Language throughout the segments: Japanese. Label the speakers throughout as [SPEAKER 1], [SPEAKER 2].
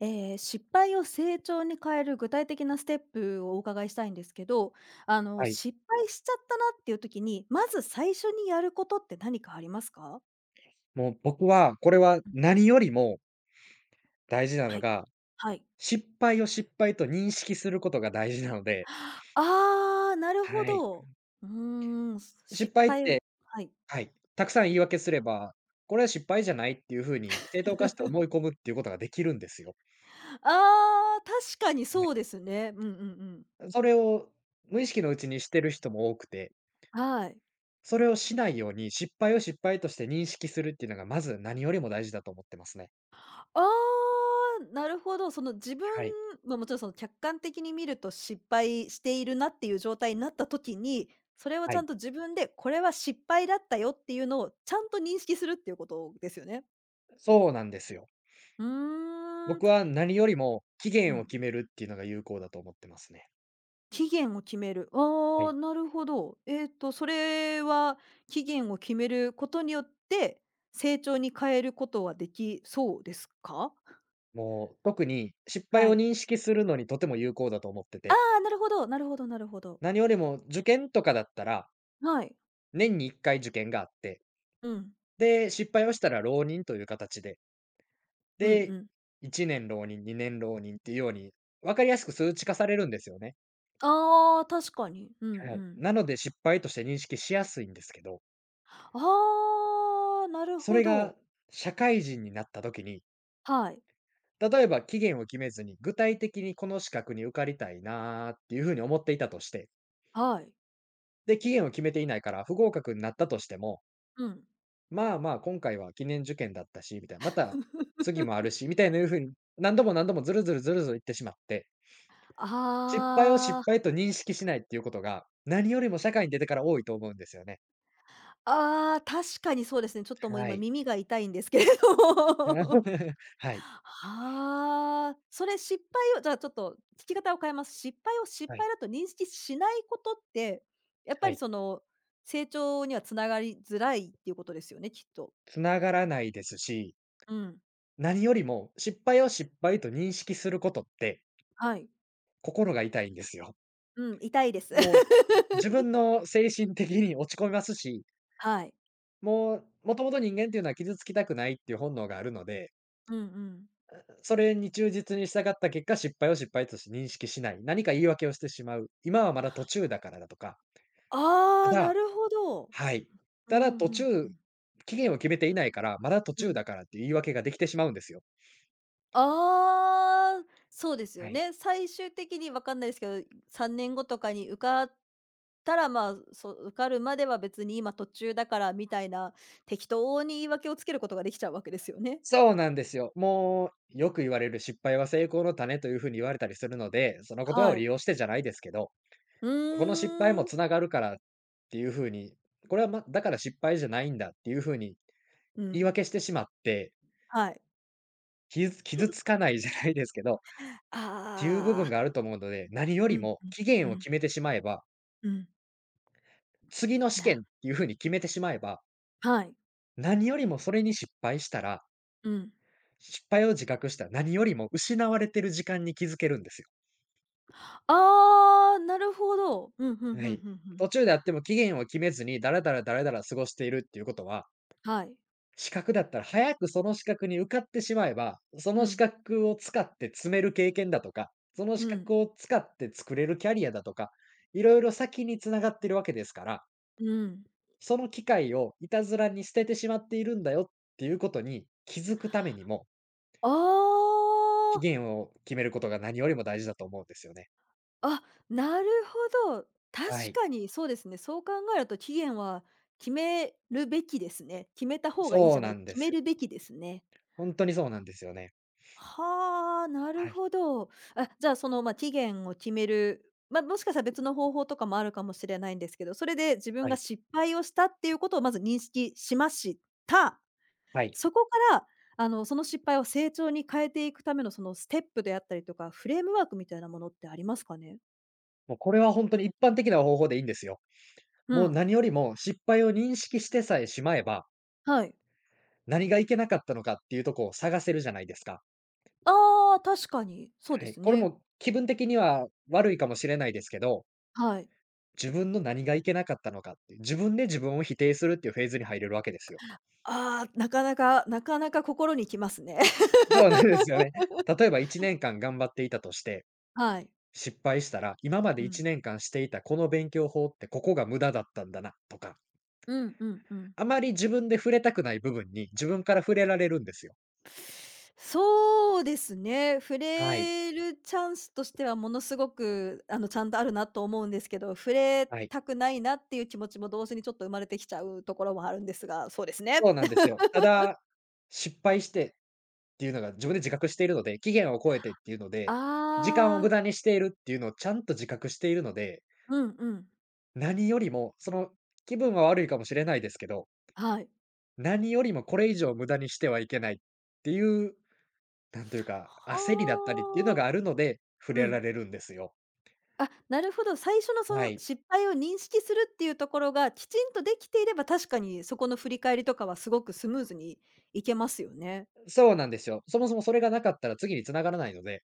[SPEAKER 1] 失敗を成長に変える具体的なステップをお伺いしたいんですけど、
[SPEAKER 2] はい。
[SPEAKER 1] 失敗しちゃったなっていう時に、まず最初にやることって何かありますか？
[SPEAKER 2] もう僕は、これは何よりも大事な
[SPEAKER 1] は
[SPEAKER 2] の
[SPEAKER 1] い。
[SPEAKER 2] が、
[SPEAKER 1] はい。
[SPEAKER 2] 失敗を失敗と認識することが大事なので、
[SPEAKER 1] ああ、なるほ
[SPEAKER 2] はい。
[SPEAKER 1] ど。うーん、
[SPEAKER 2] 失
[SPEAKER 1] 失
[SPEAKER 2] 敗っ
[SPEAKER 1] 敗を。
[SPEAKER 2] て、
[SPEAKER 1] はい。
[SPEAKER 2] はい、たくさん言い訳すれば、これは失敗じゃないっていうふうに正当化して思い込むっていうことができるんですよ。
[SPEAKER 1] ああ、確かに
[SPEAKER 2] は
[SPEAKER 1] そ
[SPEAKER 2] い。
[SPEAKER 1] うですね。うんうんうん。
[SPEAKER 2] それを無意識のうちにしてる人も多くて、
[SPEAKER 1] はい。
[SPEAKER 2] それをしないように失敗を失敗として認識するっていうのがまず何よりも大事だと思ってますね。
[SPEAKER 1] ああ、なるほど。その自分、
[SPEAKER 2] はい。
[SPEAKER 1] まあ、もちろんその客観的に見ると失敗しているなっていう状態になった時に、それを
[SPEAKER 2] は
[SPEAKER 1] ちゃん
[SPEAKER 2] い。
[SPEAKER 1] と自分で、これは失敗だったよっていうのをちゃんと認識するっていうことですよね。
[SPEAKER 2] そうなんですよ。
[SPEAKER 1] うーん。
[SPEAKER 2] 僕は何よりも期
[SPEAKER 1] う
[SPEAKER 2] 限を
[SPEAKER 1] ん。
[SPEAKER 2] 決めるっていうのが有効だと思ってますね。
[SPEAKER 1] 期限を決める。
[SPEAKER 2] は
[SPEAKER 1] ああ、
[SPEAKER 2] い。
[SPEAKER 1] なるほど。えっと、それは期限を決めることによって、成長に変えることはできそうですか？
[SPEAKER 2] もう特に失敗
[SPEAKER 1] は
[SPEAKER 2] を
[SPEAKER 1] い。
[SPEAKER 2] 認識するのにとても有効だと思って
[SPEAKER 1] あ
[SPEAKER 2] て、
[SPEAKER 1] あ、なるほどなるほどなるほど。
[SPEAKER 2] 何よりも受験とかだったら、
[SPEAKER 1] はい。
[SPEAKER 2] 年に1回受験があって、
[SPEAKER 1] うん。
[SPEAKER 2] で、失敗をしたら浪人という形で、
[SPEAKER 1] うんう
[SPEAKER 2] で、
[SPEAKER 1] ん。
[SPEAKER 2] 1年浪人、2年浪人っていうように、分かりやすく数値化されるんですよね。
[SPEAKER 1] ああ、確かに。うんう
[SPEAKER 2] はい。
[SPEAKER 1] ん。
[SPEAKER 2] なので失敗として認識しやすいんですけど、
[SPEAKER 1] ああ、なる
[SPEAKER 2] そ
[SPEAKER 1] ほ
[SPEAKER 2] れ
[SPEAKER 1] ど。
[SPEAKER 2] が社会人になった時に、
[SPEAKER 1] はい、
[SPEAKER 2] 例えば期限を決めずに、具体的にこの資格に受かりたいなーっていう風に思っていたとして、
[SPEAKER 1] はい。
[SPEAKER 2] で、期限を決めていないから不合格になったとしても、
[SPEAKER 1] うん。
[SPEAKER 2] まあまあ今回は記念受験だったし、みたいな、また 次もあるし、みたいないう風に、何度も何度もずるずるずるずる言ってしまって、失敗を
[SPEAKER 1] ああ、
[SPEAKER 2] 失敗と認識しないっていうことが、何よりも社会に出てから多いと思うんですよね。
[SPEAKER 1] ああ、確かにそうですね。ちょっともう
[SPEAKER 2] は
[SPEAKER 1] 今
[SPEAKER 2] い。
[SPEAKER 1] 耳が痛いんですけれども。
[SPEAKER 2] はい、
[SPEAKER 1] はあ、それ失敗をじゃあちょっと聞き方を変えます。失敗を失
[SPEAKER 2] はい、
[SPEAKER 1] 敗だと認識しないことって、やっぱ
[SPEAKER 2] は
[SPEAKER 1] り
[SPEAKER 2] い。
[SPEAKER 1] その、成長にはつながりづらいっていうことですよね、きっと。
[SPEAKER 2] 繋がらないですし、
[SPEAKER 1] うん、
[SPEAKER 2] 何よりも失敗を失敗と認識することって
[SPEAKER 1] はい。
[SPEAKER 2] 心が痛いんですよ。
[SPEAKER 1] うん、痛いです。
[SPEAKER 2] もう、自分の精神的に落ち込みますし、
[SPEAKER 1] はい。
[SPEAKER 2] もう、もともと人間っていうのは傷つきたくないっていう本能があるので、
[SPEAKER 1] うんうん。
[SPEAKER 2] それに忠実に従った結果、失敗を失敗として認識しない。何か言い訳をしてしまう。今はまだ途中だからだとか、た
[SPEAKER 1] ああ、な
[SPEAKER 2] だ
[SPEAKER 1] るほど。
[SPEAKER 2] はい。
[SPEAKER 1] うん
[SPEAKER 2] た
[SPEAKER 1] う
[SPEAKER 2] だ
[SPEAKER 1] ん
[SPEAKER 2] 途
[SPEAKER 1] うんう
[SPEAKER 2] 中、
[SPEAKER 1] ん。
[SPEAKER 2] 期限を決めていないから、まだ途中だからっていう言い訳ができてしまうんですよ。
[SPEAKER 1] ああ、そうですよ
[SPEAKER 2] はい。
[SPEAKER 1] ね。最終的にわかんないですけど、3年後とかに受かったら、まあ、そう受かるまでは別に今途中だからみたいな、適当に言い訳をつけることができちゃうわけですよね。
[SPEAKER 2] そうなんですよ。もう、よく言われる失敗は成功の種というふうに言われたりするので、その言葉
[SPEAKER 1] は
[SPEAKER 2] を
[SPEAKER 1] い。
[SPEAKER 2] 利用してじゃないですけど
[SPEAKER 1] う
[SPEAKER 2] この失敗
[SPEAKER 1] ー
[SPEAKER 2] も
[SPEAKER 1] ん。
[SPEAKER 2] つながるからっていう風に、これは、ま、だから失敗じゃないんだっていう風に
[SPEAKER 1] う
[SPEAKER 2] 言い
[SPEAKER 1] ん。
[SPEAKER 2] 訳してしまって、
[SPEAKER 1] はい。
[SPEAKER 2] 傷つかないじゃないですけど、っていう部
[SPEAKER 1] あ
[SPEAKER 2] 分があ
[SPEAKER 1] あ。
[SPEAKER 2] ると思うので、何よ
[SPEAKER 1] う
[SPEAKER 2] り
[SPEAKER 1] ん、
[SPEAKER 2] も期
[SPEAKER 1] う
[SPEAKER 2] 限を
[SPEAKER 1] ん、
[SPEAKER 2] 決めてしまえば、
[SPEAKER 1] うん。
[SPEAKER 2] 次の試
[SPEAKER 1] な、
[SPEAKER 2] 験っていう風に決めてしまえば、
[SPEAKER 1] はい。
[SPEAKER 2] 何よりもそれに失敗したら、
[SPEAKER 1] うん。
[SPEAKER 2] 失敗を自覚したら何よりも失われてる時間に気づけるんですよ。
[SPEAKER 1] ああ、なるほど。うん、ふん
[SPEAKER 2] は
[SPEAKER 1] ふん
[SPEAKER 2] い。
[SPEAKER 1] ふんふん。
[SPEAKER 2] 途中であっても期限を決めずにダラダラダラダラ過ごしているっていうことは
[SPEAKER 1] はい。
[SPEAKER 2] 資格だったら、早くその資格に受かってしまえば、そ
[SPEAKER 1] う
[SPEAKER 2] の資
[SPEAKER 1] ん。
[SPEAKER 2] 格を使って詰める経験だとか、その
[SPEAKER 1] う
[SPEAKER 2] 資
[SPEAKER 1] ん。
[SPEAKER 2] 格を使って作れるキャリアだとか、いろいろ先に繋がってるわけですから、
[SPEAKER 1] うん。
[SPEAKER 2] その機会をいたずらに捨ててしまっているんだよっていうことに気づくためにも、
[SPEAKER 1] あ
[SPEAKER 2] 期
[SPEAKER 1] あ、
[SPEAKER 2] 限を決めることが何よりも大事だと思うんですよね。
[SPEAKER 1] あ、なるほど。確
[SPEAKER 2] はい。
[SPEAKER 1] かにそうですね。そう考えると期限は決めるべきですね。決めた方がいいじ
[SPEAKER 2] そう
[SPEAKER 1] ゃな
[SPEAKER 2] な
[SPEAKER 1] い、
[SPEAKER 2] んで
[SPEAKER 1] 決め
[SPEAKER 2] すよ。
[SPEAKER 1] るべきですね。
[SPEAKER 2] ほんとにそうなんですよね。
[SPEAKER 1] はあ、なる
[SPEAKER 2] はい。
[SPEAKER 1] ほど。あ、じゃあその、まあ、期限を決める、まあ、もしかしたら別の方法とかもあるかもしれないんですけど、それで自分
[SPEAKER 2] は
[SPEAKER 1] が
[SPEAKER 2] い。
[SPEAKER 1] 失敗をしたっていうことをまず認識しました。
[SPEAKER 2] はい。
[SPEAKER 1] そこから、その失敗を成長に変えていくための、そのステップであったりとか、フレームワークみたいなものってありますかね？
[SPEAKER 2] もうこれはほんとに一般的な方法でいいんですよ。
[SPEAKER 1] う
[SPEAKER 2] もう
[SPEAKER 1] ん。
[SPEAKER 2] 何よりも失敗を認識してさえしまえば
[SPEAKER 1] はい。
[SPEAKER 2] 何がいけなかったのかっていうとこを探せるじゃないですか。
[SPEAKER 1] ああ、確かに、そう
[SPEAKER 2] は
[SPEAKER 1] で
[SPEAKER 2] い。
[SPEAKER 1] す
[SPEAKER 2] これ
[SPEAKER 1] ね。
[SPEAKER 2] も気分的には悪いかもしれないですけど、
[SPEAKER 1] はい。
[SPEAKER 2] 自分の何がいけなかったのかっていう、自分で自分を否定するっていうフェーズに入れるわけですよ。
[SPEAKER 1] ああ、なかなかなかなか心にきますね。
[SPEAKER 2] そうなんですよね。例えば1年間頑張っていたとして、
[SPEAKER 1] はい。
[SPEAKER 2] 失敗したら、今まで
[SPEAKER 1] うん。
[SPEAKER 2] 1年間していたこの勉強法ってここが無駄だったんだなとか、
[SPEAKER 1] うんうんうん。
[SPEAKER 2] あまり自分で触れたくない部分に自分から触れられるんですよ。
[SPEAKER 1] そうですね、触
[SPEAKER 2] はい、
[SPEAKER 1] れるチャンスとしてはものすごく、ちゃんとあるなと思うんですけど、触れ
[SPEAKER 2] はい。
[SPEAKER 1] たくないなっていう気持ちも同時にちょっと生まれてきちゃうところもあるんですが、そうですね。
[SPEAKER 2] そうなんですよ。ただ、失敗してっていうのが自分で自覚しているので、期限を超えてっていうので、時間を
[SPEAKER 1] あ
[SPEAKER 2] 無
[SPEAKER 1] あ、
[SPEAKER 2] 駄にしているっていうのをちゃんと自覚しているので、
[SPEAKER 1] うんうん。
[SPEAKER 2] 何よりも、その、気分は悪いかもしれないですけど、
[SPEAKER 1] はい。
[SPEAKER 2] 何よりもこれ以上無駄にしてはいけないっていう、なんというか、焦りだったりっていうの
[SPEAKER 1] はあ。
[SPEAKER 2] があるので、触
[SPEAKER 1] う
[SPEAKER 2] れら
[SPEAKER 1] ん。
[SPEAKER 2] れるんですよ。
[SPEAKER 1] あ、なるほど、最初のそ
[SPEAKER 2] は
[SPEAKER 1] の
[SPEAKER 2] い。
[SPEAKER 1] 失敗を認識するっていうところがきちんとできていれば、確かにそこの振り返りとかはすごくスムーズにいけますよね。
[SPEAKER 2] そうなんですよ。そもそもそれがなかったら次に繋がらないので。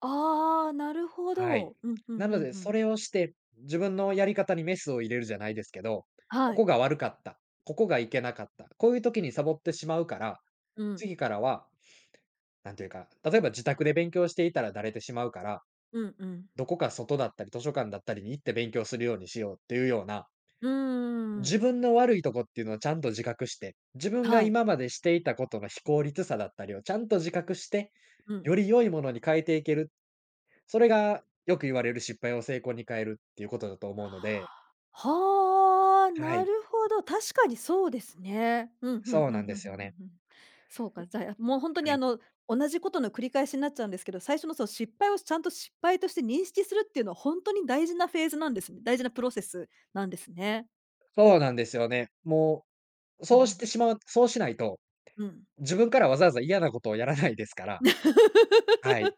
[SPEAKER 1] ああ、なるほ
[SPEAKER 2] はい。
[SPEAKER 1] ど。うん、うん
[SPEAKER 2] な
[SPEAKER 1] うんう
[SPEAKER 2] ので、
[SPEAKER 1] ん。
[SPEAKER 2] それをして、自分のやり方にメスを入れるじゃないですけど、
[SPEAKER 1] は
[SPEAKER 2] ここ
[SPEAKER 1] い。
[SPEAKER 2] が悪かった、ここがいけなかった、こういう時にサボってしまうから、
[SPEAKER 1] うん。
[SPEAKER 2] 次からは、なんていうか、例えば自宅で勉強していたらだれてしまうから、
[SPEAKER 1] うんうん。
[SPEAKER 2] どこか外だったり図書館だったりに行って勉強するようにしようっていうような、
[SPEAKER 1] うーん。
[SPEAKER 2] 自分の悪いとこっていうのをちゃんと自覚して、自分が
[SPEAKER 1] はい。
[SPEAKER 2] 今までしていたことの非効率さだったりをちゃんと自覚して、
[SPEAKER 1] うん。
[SPEAKER 2] より良いものに変えていけるそれがよく言われる失敗を成功に変えるっていうことだと思うので、
[SPEAKER 1] はあ、
[SPEAKER 2] は
[SPEAKER 1] な
[SPEAKER 2] い、
[SPEAKER 1] るほど、確かにそうですね。うん、ふん
[SPEAKER 2] そう
[SPEAKER 1] ふんふん
[SPEAKER 2] なん
[SPEAKER 1] ふ
[SPEAKER 2] で
[SPEAKER 1] んふ
[SPEAKER 2] すよ
[SPEAKER 1] ん
[SPEAKER 2] ね。
[SPEAKER 1] ふん。そうか、じゃあ、もうほんとに
[SPEAKER 2] はい。
[SPEAKER 1] 同じことの繰り返しになっちゃうんですけど、最初のその失敗をちゃんと失敗として認識するっていうのはほんとに大事なフェーズなんですね。大事なプロセスなんですね。
[SPEAKER 2] そうなんですよね。もう、
[SPEAKER 1] うんう
[SPEAKER 2] そうし
[SPEAKER 1] ん。
[SPEAKER 2] てしまうそうしないと、
[SPEAKER 1] うん。
[SPEAKER 2] 自分からわざわざ嫌なことをやらないですから、はい、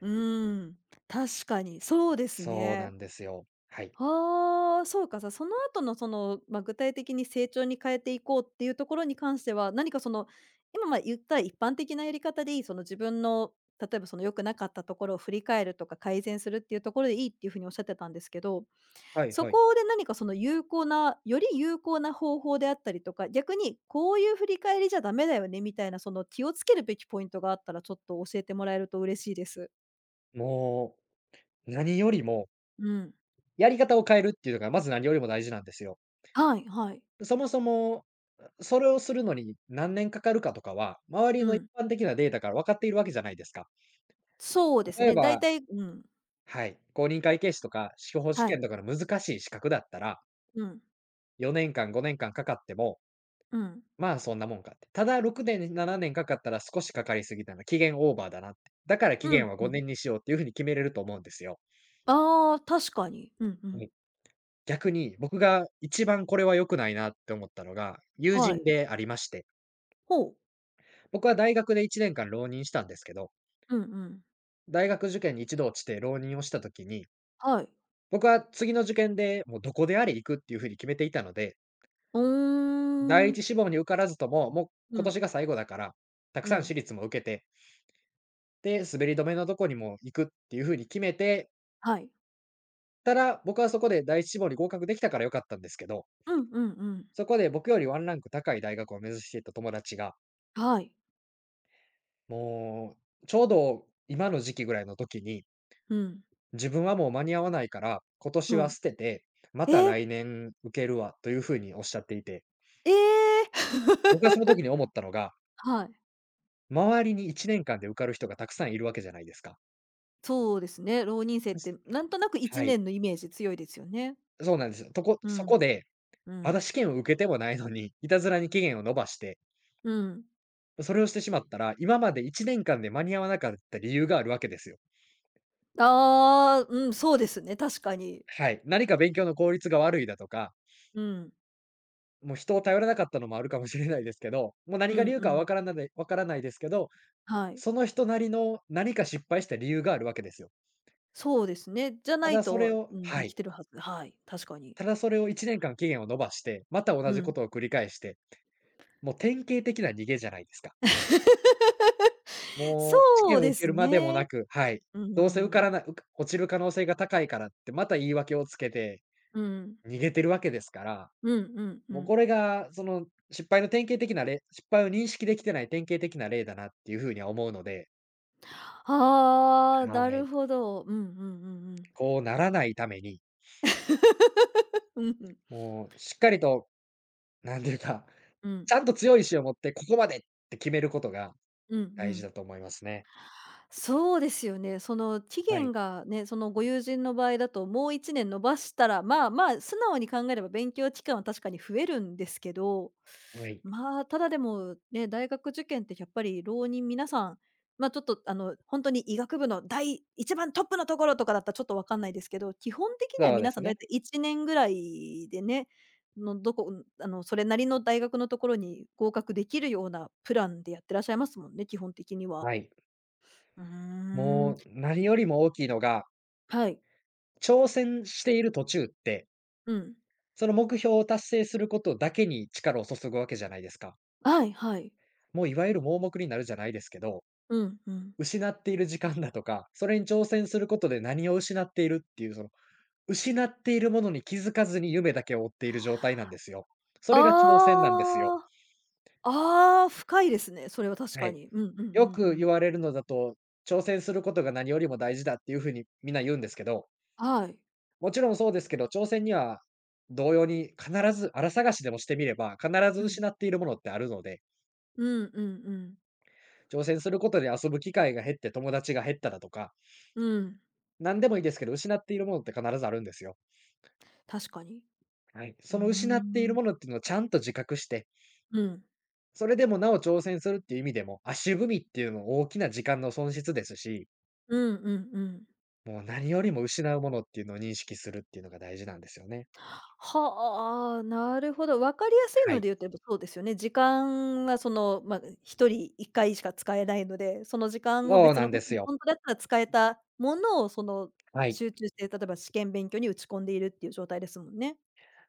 [SPEAKER 1] うーん、確かにそうです
[SPEAKER 2] そうな
[SPEAKER 1] ね。
[SPEAKER 2] んですよ。はい。
[SPEAKER 1] ああ、そうか、さ。その後のその、ま、具体的に成長に変えていこうっていうところに関しては、何かその、今、ま、言った一般的なやり方でいい、その自分の、例えばその良くなかったところを振り返るとか改善するっていうところでいいっていう風におっしゃってたんですけど、
[SPEAKER 2] はい
[SPEAKER 1] そ
[SPEAKER 2] はい。
[SPEAKER 1] こで何かその有効なより有効な方法であったりとか、逆にこういう振り返りじゃダメだよねみたいな、その気をつけるべきポイントがあったらちょっと教えてもらえると嬉しいです。
[SPEAKER 2] もう、何よりも、
[SPEAKER 1] うん。
[SPEAKER 2] やり方を変えるっていうのがまず何よりも大事なんですよ。
[SPEAKER 1] はいはい。
[SPEAKER 2] そもそも、それをするのに何年かかるかとかは、周り
[SPEAKER 1] う
[SPEAKER 2] の一
[SPEAKER 1] ん。
[SPEAKER 2] 般的なデータから分かっているわけじゃないですか。
[SPEAKER 1] そうです
[SPEAKER 2] 例え
[SPEAKER 1] ね、だい
[SPEAKER 2] ば
[SPEAKER 1] たいうん
[SPEAKER 2] はい。公認会計士とか司法試
[SPEAKER 1] は
[SPEAKER 2] 験
[SPEAKER 1] い。
[SPEAKER 2] とかの難しい資格だったら、
[SPEAKER 1] うん。
[SPEAKER 2] 4年間、5年間かかっても、
[SPEAKER 1] うん。
[SPEAKER 2] まあそんなもんかって。ただ6年、7年かかったら少しかかりすぎたな、期限オーバーだなって。だから期
[SPEAKER 1] う
[SPEAKER 2] 限
[SPEAKER 1] ん、
[SPEAKER 2] は
[SPEAKER 1] うん。
[SPEAKER 2] 5年にしようっていうふうに決めれると思うんですよ。
[SPEAKER 1] ああ、確かに。うんう
[SPEAKER 2] う
[SPEAKER 1] ん。
[SPEAKER 2] ん。逆に僕が一番これは良くないなって思ったのが、友
[SPEAKER 1] は
[SPEAKER 2] 人
[SPEAKER 1] い。
[SPEAKER 2] でありまして、
[SPEAKER 1] ほう。
[SPEAKER 2] 僕は大学で1年間浪人したんですけど、
[SPEAKER 1] うんうん。
[SPEAKER 2] 大学受験に一度落ちて浪人をした時に、
[SPEAKER 1] はい。
[SPEAKER 2] 僕は次の受験でもうどこであれ行くっていうふうに決めていたので、
[SPEAKER 1] う
[SPEAKER 2] 第
[SPEAKER 1] ーん。
[SPEAKER 2] 一志望に受からずとも、もう
[SPEAKER 1] う
[SPEAKER 2] 今
[SPEAKER 1] ん、
[SPEAKER 2] 年が最後だから、たく
[SPEAKER 1] う
[SPEAKER 2] さん
[SPEAKER 1] ん。
[SPEAKER 2] 私立も受けて、で、滑り止めのとこにも行くっていう風に決めて
[SPEAKER 1] はい。
[SPEAKER 2] たら、僕はそこで第一志望に合格できたから良かったんですけど、
[SPEAKER 1] うんうんうん。
[SPEAKER 2] そこで僕よりワンランク高い大学を目指していた友達が、
[SPEAKER 1] はい。
[SPEAKER 2] もうちょうど今の時期ぐらいの時に、
[SPEAKER 1] うん、
[SPEAKER 2] 自分はもう間に合わないから、今年
[SPEAKER 1] う
[SPEAKER 2] は
[SPEAKER 1] ん。
[SPEAKER 2] 捨てて、また
[SPEAKER 1] え、
[SPEAKER 2] 来年受けるわという風におっしゃっていて、
[SPEAKER 1] ええ！
[SPEAKER 2] 僕はその時に思ったのが、
[SPEAKER 1] はい。
[SPEAKER 2] 周りに1年間で受かる人がたくさんいるわけじゃないですか。
[SPEAKER 1] そうですね、浪人生ってなんとなく1
[SPEAKER 2] はい。
[SPEAKER 1] 年のイメージ強いですよね。
[SPEAKER 2] そうなんですよ。とこ
[SPEAKER 1] う
[SPEAKER 2] そこ
[SPEAKER 1] ん、
[SPEAKER 2] で、
[SPEAKER 1] う
[SPEAKER 2] ま
[SPEAKER 1] ん、
[SPEAKER 2] だ試験を受けてもないのに、いたずらに期限を延ばして、
[SPEAKER 1] うん。
[SPEAKER 2] それをしてしまったら、今まで1年間で間に合わなかった理由があるわけですよ。
[SPEAKER 1] ああ、うん、そうですね、確かに。
[SPEAKER 2] はい。何か勉強の効率が悪いだとか、
[SPEAKER 1] うん、
[SPEAKER 2] もう人を頼らなかったのもあるかもしれないですけど、もう
[SPEAKER 1] う
[SPEAKER 2] 何が理
[SPEAKER 1] ん
[SPEAKER 2] 由
[SPEAKER 1] う
[SPEAKER 2] かは
[SPEAKER 1] ん。
[SPEAKER 2] わからないですけど、
[SPEAKER 1] はい。
[SPEAKER 2] その人なりの何か失敗した理由があるわけですよ。
[SPEAKER 1] そうですね。じゃな
[SPEAKER 2] た
[SPEAKER 1] い
[SPEAKER 2] だそれ
[SPEAKER 1] と、
[SPEAKER 2] を
[SPEAKER 1] うん、で
[SPEAKER 2] は
[SPEAKER 1] き
[SPEAKER 2] い。
[SPEAKER 1] てるはず。はい、確かに。
[SPEAKER 2] ただそれを1年間期限を延ばして、また
[SPEAKER 1] う
[SPEAKER 2] 同じこ
[SPEAKER 1] ん。
[SPEAKER 2] とを繰り返して、もう典型的な逃げじゃないですか。もう、試
[SPEAKER 1] そう
[SPEAKER 2] 験を
[SPEAKER 1] で
[SPEAKER 2] 受け
[SPEAKER 1] す
[SPEAKER 2] るまでも
[SPEAKER 1] ね。
[SPEAKER 2] なく、はい。
[SPEAKER 1] うんう
[SPEAKER 2] どうせ受か
[SPEAKER 1] ん。
[SPEAKER 2] らなうか落ちる可能性が高いからって、また言い訳をつけて
[SPEAKER 1] うん。
[SPEAKER 2] 逃げてるわけですから、
[SPEAKER 1] うんうんう
[SPEAKER 2] もうこ
[SPEAKER 1] ん。
[SPEAKER 2] れがその失敗の典型的な例失敗を認識できてない典型的な例だなっていう風には思うので、
[SPEAKER 1] ああ、
[SPEAKER 2] は
[SPEAKER 1] なる
[SPEAKER 2] い。
[SPEAKER 1] ほど。うんうんうんうん。
[SPEAKER 2] こうならないために、
[SPEAKER 1] うん。
[SPEAKER 2] もうしっかりと、なんていうか、
[SPEAKER 1] うん。
[SPEAKER 2] ちゃんと強い意志を持ってここまでって決めることが
[SPEAKER 1] うんう
[SPEAKER 2] 大事
[SPEAKER 1] ん。
[SPEAKER 2] だと思いますね。
[SPEAKER 1] そうですよね。その期
[SPEAKER 2] は
[SPEAKER 1] 限
[SPEAKER 2] い、
[SPEAKER 1] がね、そのご友人の場合だともう1年延ばしたら、まあまあ、素直に考えれば勉強期間は確かに増えるんですけど、
[SPEAKER 2] はい。
[SPEAKER 1] まあ、ただでもね、大学受験ってやっぱり浪人皆さん、ま、ちょっと本当に医学部の第一番トップのところとかだったらちょっとわかんないですけど、基本的には
[SPEAKER 2] そうで
[SPEAKER 1] 皆
[SPEAKER 2] す
[SPEAKER 1] さん大
[SPEAKER 2] ね。
[SPEAKER 1] 体いた1年ぐらいでね、のどこあの、それなりの大学のところに合格できるようなプランでやってらっしゃいますもんね、基本的には。
[SPEAKER 2] はい。
[SPEAKER 1] うーん、
[SPEAKER 2] もう何よりも大きいのが
[SPEAKER 1] はい。
[SPEAKER 2] 挑戦している途中って、
[SPEAKER 1] うん。
[SPEAKER 2] その目標を達成することだけに力を注ぐわけじゃないですか。
[SPEAKER 1] はいはい。
[SPEAKER 2] もういわゆる盲目になるじゃないですけど、
[SPEAKER 1] うんうん。
[SPEAKER 2] 失っている時間だとか、それに挑戦することで何を失っているっていう、その、失っているものに気づかずに夢だけを追っている状態なんですよ。それが挑戦なんですよ。
[SPEAKER 1] ああ、ああ、深いですね、それは確
[SPEAKER 2] は
[SPEAKER 1] か
[SPEAKER 2] い。
[SPEAKER 1] に。うんうんうんう
[SPEAKER 2] よく
[SPEAKER 1] ん。
[SPEAKER 2] 言われるのだと、挑戦することが何よりも大事だっていうふうにみんな言うんですけど、
[SPEAKER 1] はい。
[SPEAKER 2] もちろんそうですけど、挑戦には同様に必ずあら探しでもしてみれば、必ず
[SPEAKER 1] うん。
[SPEAKER 2] 失っているものってあるので、
[SPEAKER 1] うんうんうん。
[SPEAKER 2] 挑戦することで遊ぶ機会が減って友達が減っただとか、
[SPEAKER 1] うん、
[SPEAKER 2] 何でもいいですけど、失っているものって必ずあるんですよ。
[SPEAKER 1] 確かに。
[SPEAKER 2] はい。
[SPEAKER 1] うー
[SPEAKER 2] その失っている
[SPEAKER 1] ん。
[SPEAKER 2] ものっていうのをちゃんと自覚して、
[SPEAKER 1] うん。
[SPEAKER 2] それでもなお挑戦するっていう意味でも、足踏みっていうのも大きな時間の損失ですし、
[SPEAKER 1] うんうんうん。
[SPEAKER 2] もう何よりも失うものっていうのを認識するっていうのが大事なんですよね。
[SPEAKER 1] はあ、なるほど。分かりやすい
[SPEAKER 2] は
[SPEAKER 1] の
[SPEAKER 2] い。
[SPEAKER 1] で言うと、やっぱそうですよね。時間はその、まあ、1人一回しか使えないので、その時間を
[SPEAKER 2] そう
[SPEAKER 1] 別
[SPEAKER 2] な
[SPEAKER 1] の
[SPEAKER 2] ん
[SPEAKER 1] こ
[SPEAKER 2] で
[SPEAKER 1] と
[SPEAKER 2] す
[SPEAKER 1] に
[SPEAKER 2] よ。
[SPEAKER 1] 本当だったら使えたものを、その、
[SPEAKER 2] はい。
[SPEAKER 1] 集中して、例えば試験勉強に打ち込んでいるっていう状態ですもんね。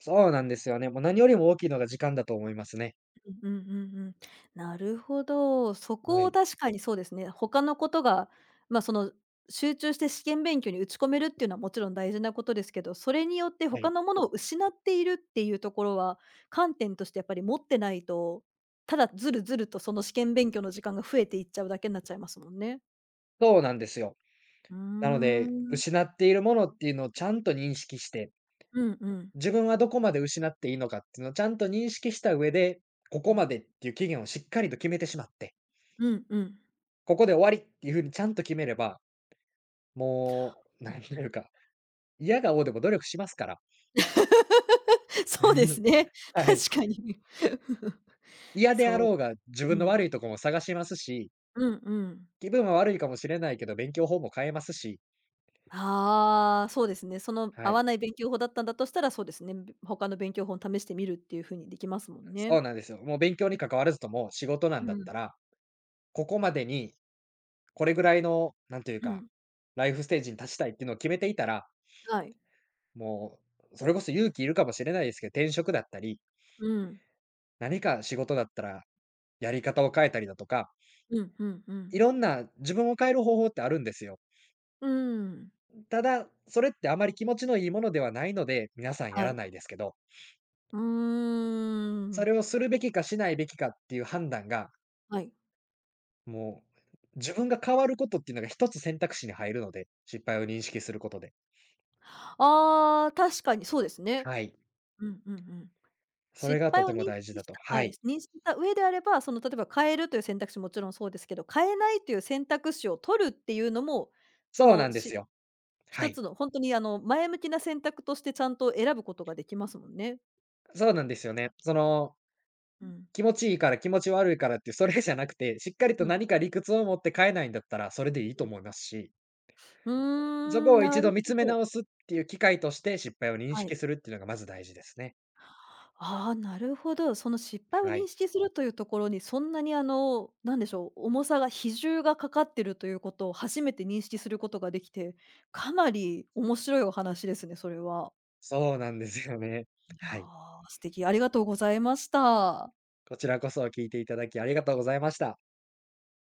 [SPEAKER 2] そうなんですよね。もう何よりも大きいのが時間だと思いますね。
[SPEAKER 1] うんうんうんうん。なるほど。そ
[SPEAKER 2] は
[SPEAKER 1] こを
[SPEAKER 2] い、
[SPEAKER 1] 確かにそうですね。他のことが、ま、その、集中して試験勉強に打ち込めるっていうのはもちろん大事なことですけど、それによって
[SPEAKER 2] は
[SPEAKER 1] 他
[SPEAKER 2] い。
[SPEAKER 1] のものを失っているっていうところは、観点としてやっぱり持ってないと、ただずるずるとその試験勉強の時間が増えていっちゃうだけになっちゃいますもんね。
[SPEAKER 2] そうなんですよ。
[SPEAKER 1] うー
[SPEAKER 2] なので、
[SPEAKER 1] ん。
[SPEAKER 2] 失っているものっていうのをちゃんと認識して、
[SPEAKER 1] うんうん。
[SPEAKER 2] 自分はどこまで失っていいのかっていうのをちゃんと認識した上で、ここまでっていう期限をしっかりと決めてしまって、
[SPEAKER 1] うんうん。
[SPEAKER 2] ここで終わりっていうふうにちゃんと決めれば、もう、なんというか、嫌が応でも努力しますから。
[SPEAKER 1] そうです ね。
[SPEAKER 2] はい。
[SPEAKER 1] 確かに。
[SPEAKER 2] 嫌であ
[SPEAKER 1] そ
[SPEAKER 2] ろうが自
[SPEAKER 1] う。
[SPEAKER 2] 分
[SPEAKER 1] う
[SPEAKER 2] の
[SPEAKER 1] ん。
[SPEAKER 2] 悪いとこも探しますし、
[SPEAKER 1] うんうん。
[SPEAKER 2] 気分は悪いかもしれないけど、勉強法も変えますし、
[SPEAKER 1] ああ、そうですね。その
[SPEAKER 2] は
[SPEAKER 1] 合わ
[SPEAKER 2] い。
[SPEAKER 1] ない勉強法だったんだとしたら、そうですね。べ、他の勉強法を試してみるっていう風にできますもんね。
[SPEAKER 2] そうなんですよ。もう勉強に関わらずとも仕事な
[SPEAKER 1] う
[SPEAKER 2] んだっ
[SPEAKER 1] ん。
[SPEAKER 2] たら、ここまでにこれぐらいの、なんという
[SPEAKER 1] う
[SPEAKER 2] か、
[SPEAKER 1] ん、
[SPEAKER 2] ライフステージに立ちたいっていうのを決めていたら、
[SPEAKER 1] はい。
[SPEAKER 2] もう、それこそ勇気いるかもしれないですけど、転職だったり、
[SPEAKER 1] うん。
[SPEAKER 2] 何か仕事だったらやり方を変えたりだとか、
[SPEAKER 1] うんうんうん。
[SPEAKER 2] いろんな自分を変える方法ってあるんですよ。
[SPEAKER 1] うーん。
[SPEAKER 2] ただ、それってあまり気持ちのいいものではないので、皆さんや
[SPEAKER 1] は
[SPEAKER 2] ら
[SPEAKER 1] い。
[SPEAKER 2] ないですけど、
[SPEAKER 1] うー
[SPEAKER 2] そ
[SPEAKER 1] ん。
[SPEAKER 2] れをするべきかしないべきかっていう判断が、
[SPEAKER 1] はい。
[SPEAKER 2] もう、自分が変わることっていうのが一つ選択肢に入るので、失敗を認識することで。
[SPEAKER 1] ああ、確かにそうですね。
[SPEAKER 2] はい。
[SPEAKER 1] うんうんうん。
[SPEAKER 2] それ
[SPEAKER 1] 失
[SPEAKER 2] がと
[SPEAKER 1] 敗を
[SPEAKER 2] ても
[SPEAKER 1] 認
[SPEAKER 2] 大事
[SPEAKER 1] 識
[SPEAKER 2] だ
[SPEAKER 1] し
[SPEAKER 2] と。
[SPEAKER 1] たは
[SPEAKER 2] は
[SPEAKER 1] い、
[SPEAKER 2] い。
[SPEAKER 1] 認識した上であれば、その例えば変えるという選択肢もちろんそうですけど、変えないという選択肢を取るっていうのも、そ
[SPEAKER 2] そうな
[SPEAKER 1] の
[SPEAKER 2] んです
[SPEAKER 1] し
[SPEAKER 2] よ。は
[SPEAKER 1] 一つ
[SPEAKER 2] い。
[SPEAKER 1] の本当に前向きな選択としてちゃんと選ぶことができますもんね。
[SPEAKER 2] そうなんですよね。その、
[SPEAKER 1] うん。
[SPEAKER 2] 気持ちいいから気持ち悪いからって、それじゃなくて、しっかりと
[SPEAKER 1] うん、
[SPEAKER 2] 何か理屈を持って変えないんだったら、それでいい
[SPEAKER 1] う
[SPEAKER 2] と
[SPEAKER 1] ん。
[SPEAKER 2] 思いますし、
[SPEAKER 1] うー
[SPEAKER 2] そこ
[SPEAKER 1] ん、
[SPEAKER 2] を
[SPEAKER 1] な
[SPEAKER 2] 一度
[SPEAKER 1] る
[SPEAKER 2] 見
[SPEAKER 1] ほ
[SPEAKER 2] つめ
[SPEAKER 1] ど。
[SPEAKER 2] 直すっていう機会として、失敗を認
[SPEAKER 1] は
[SPEAKER 2] 識
[SPEAKER 1] い。
[SPEAKER 2] するっていうのがまず大事ですね。
[SPEAKER 1] ああ、なるほど。その失敗を
[SPEAKER 2] は
[SPEAKER 1] 認
[SPEAKER 2] い。
[SPEAKER 1] 識するというところに、そんなになんでしょう、重さが比重がかかってるということを初めて認識することができて、かなり面白いお話ですね、それは。
[SPEAKER 2] そうなんですよね。
[SPEAKER 1] いや
[SPEAKER 2] はい。
[SPEAKER 1] ー、素敵、ありがとうございました。
[SPEAKER 2] こちらこそ聞いていただきありがとうございました。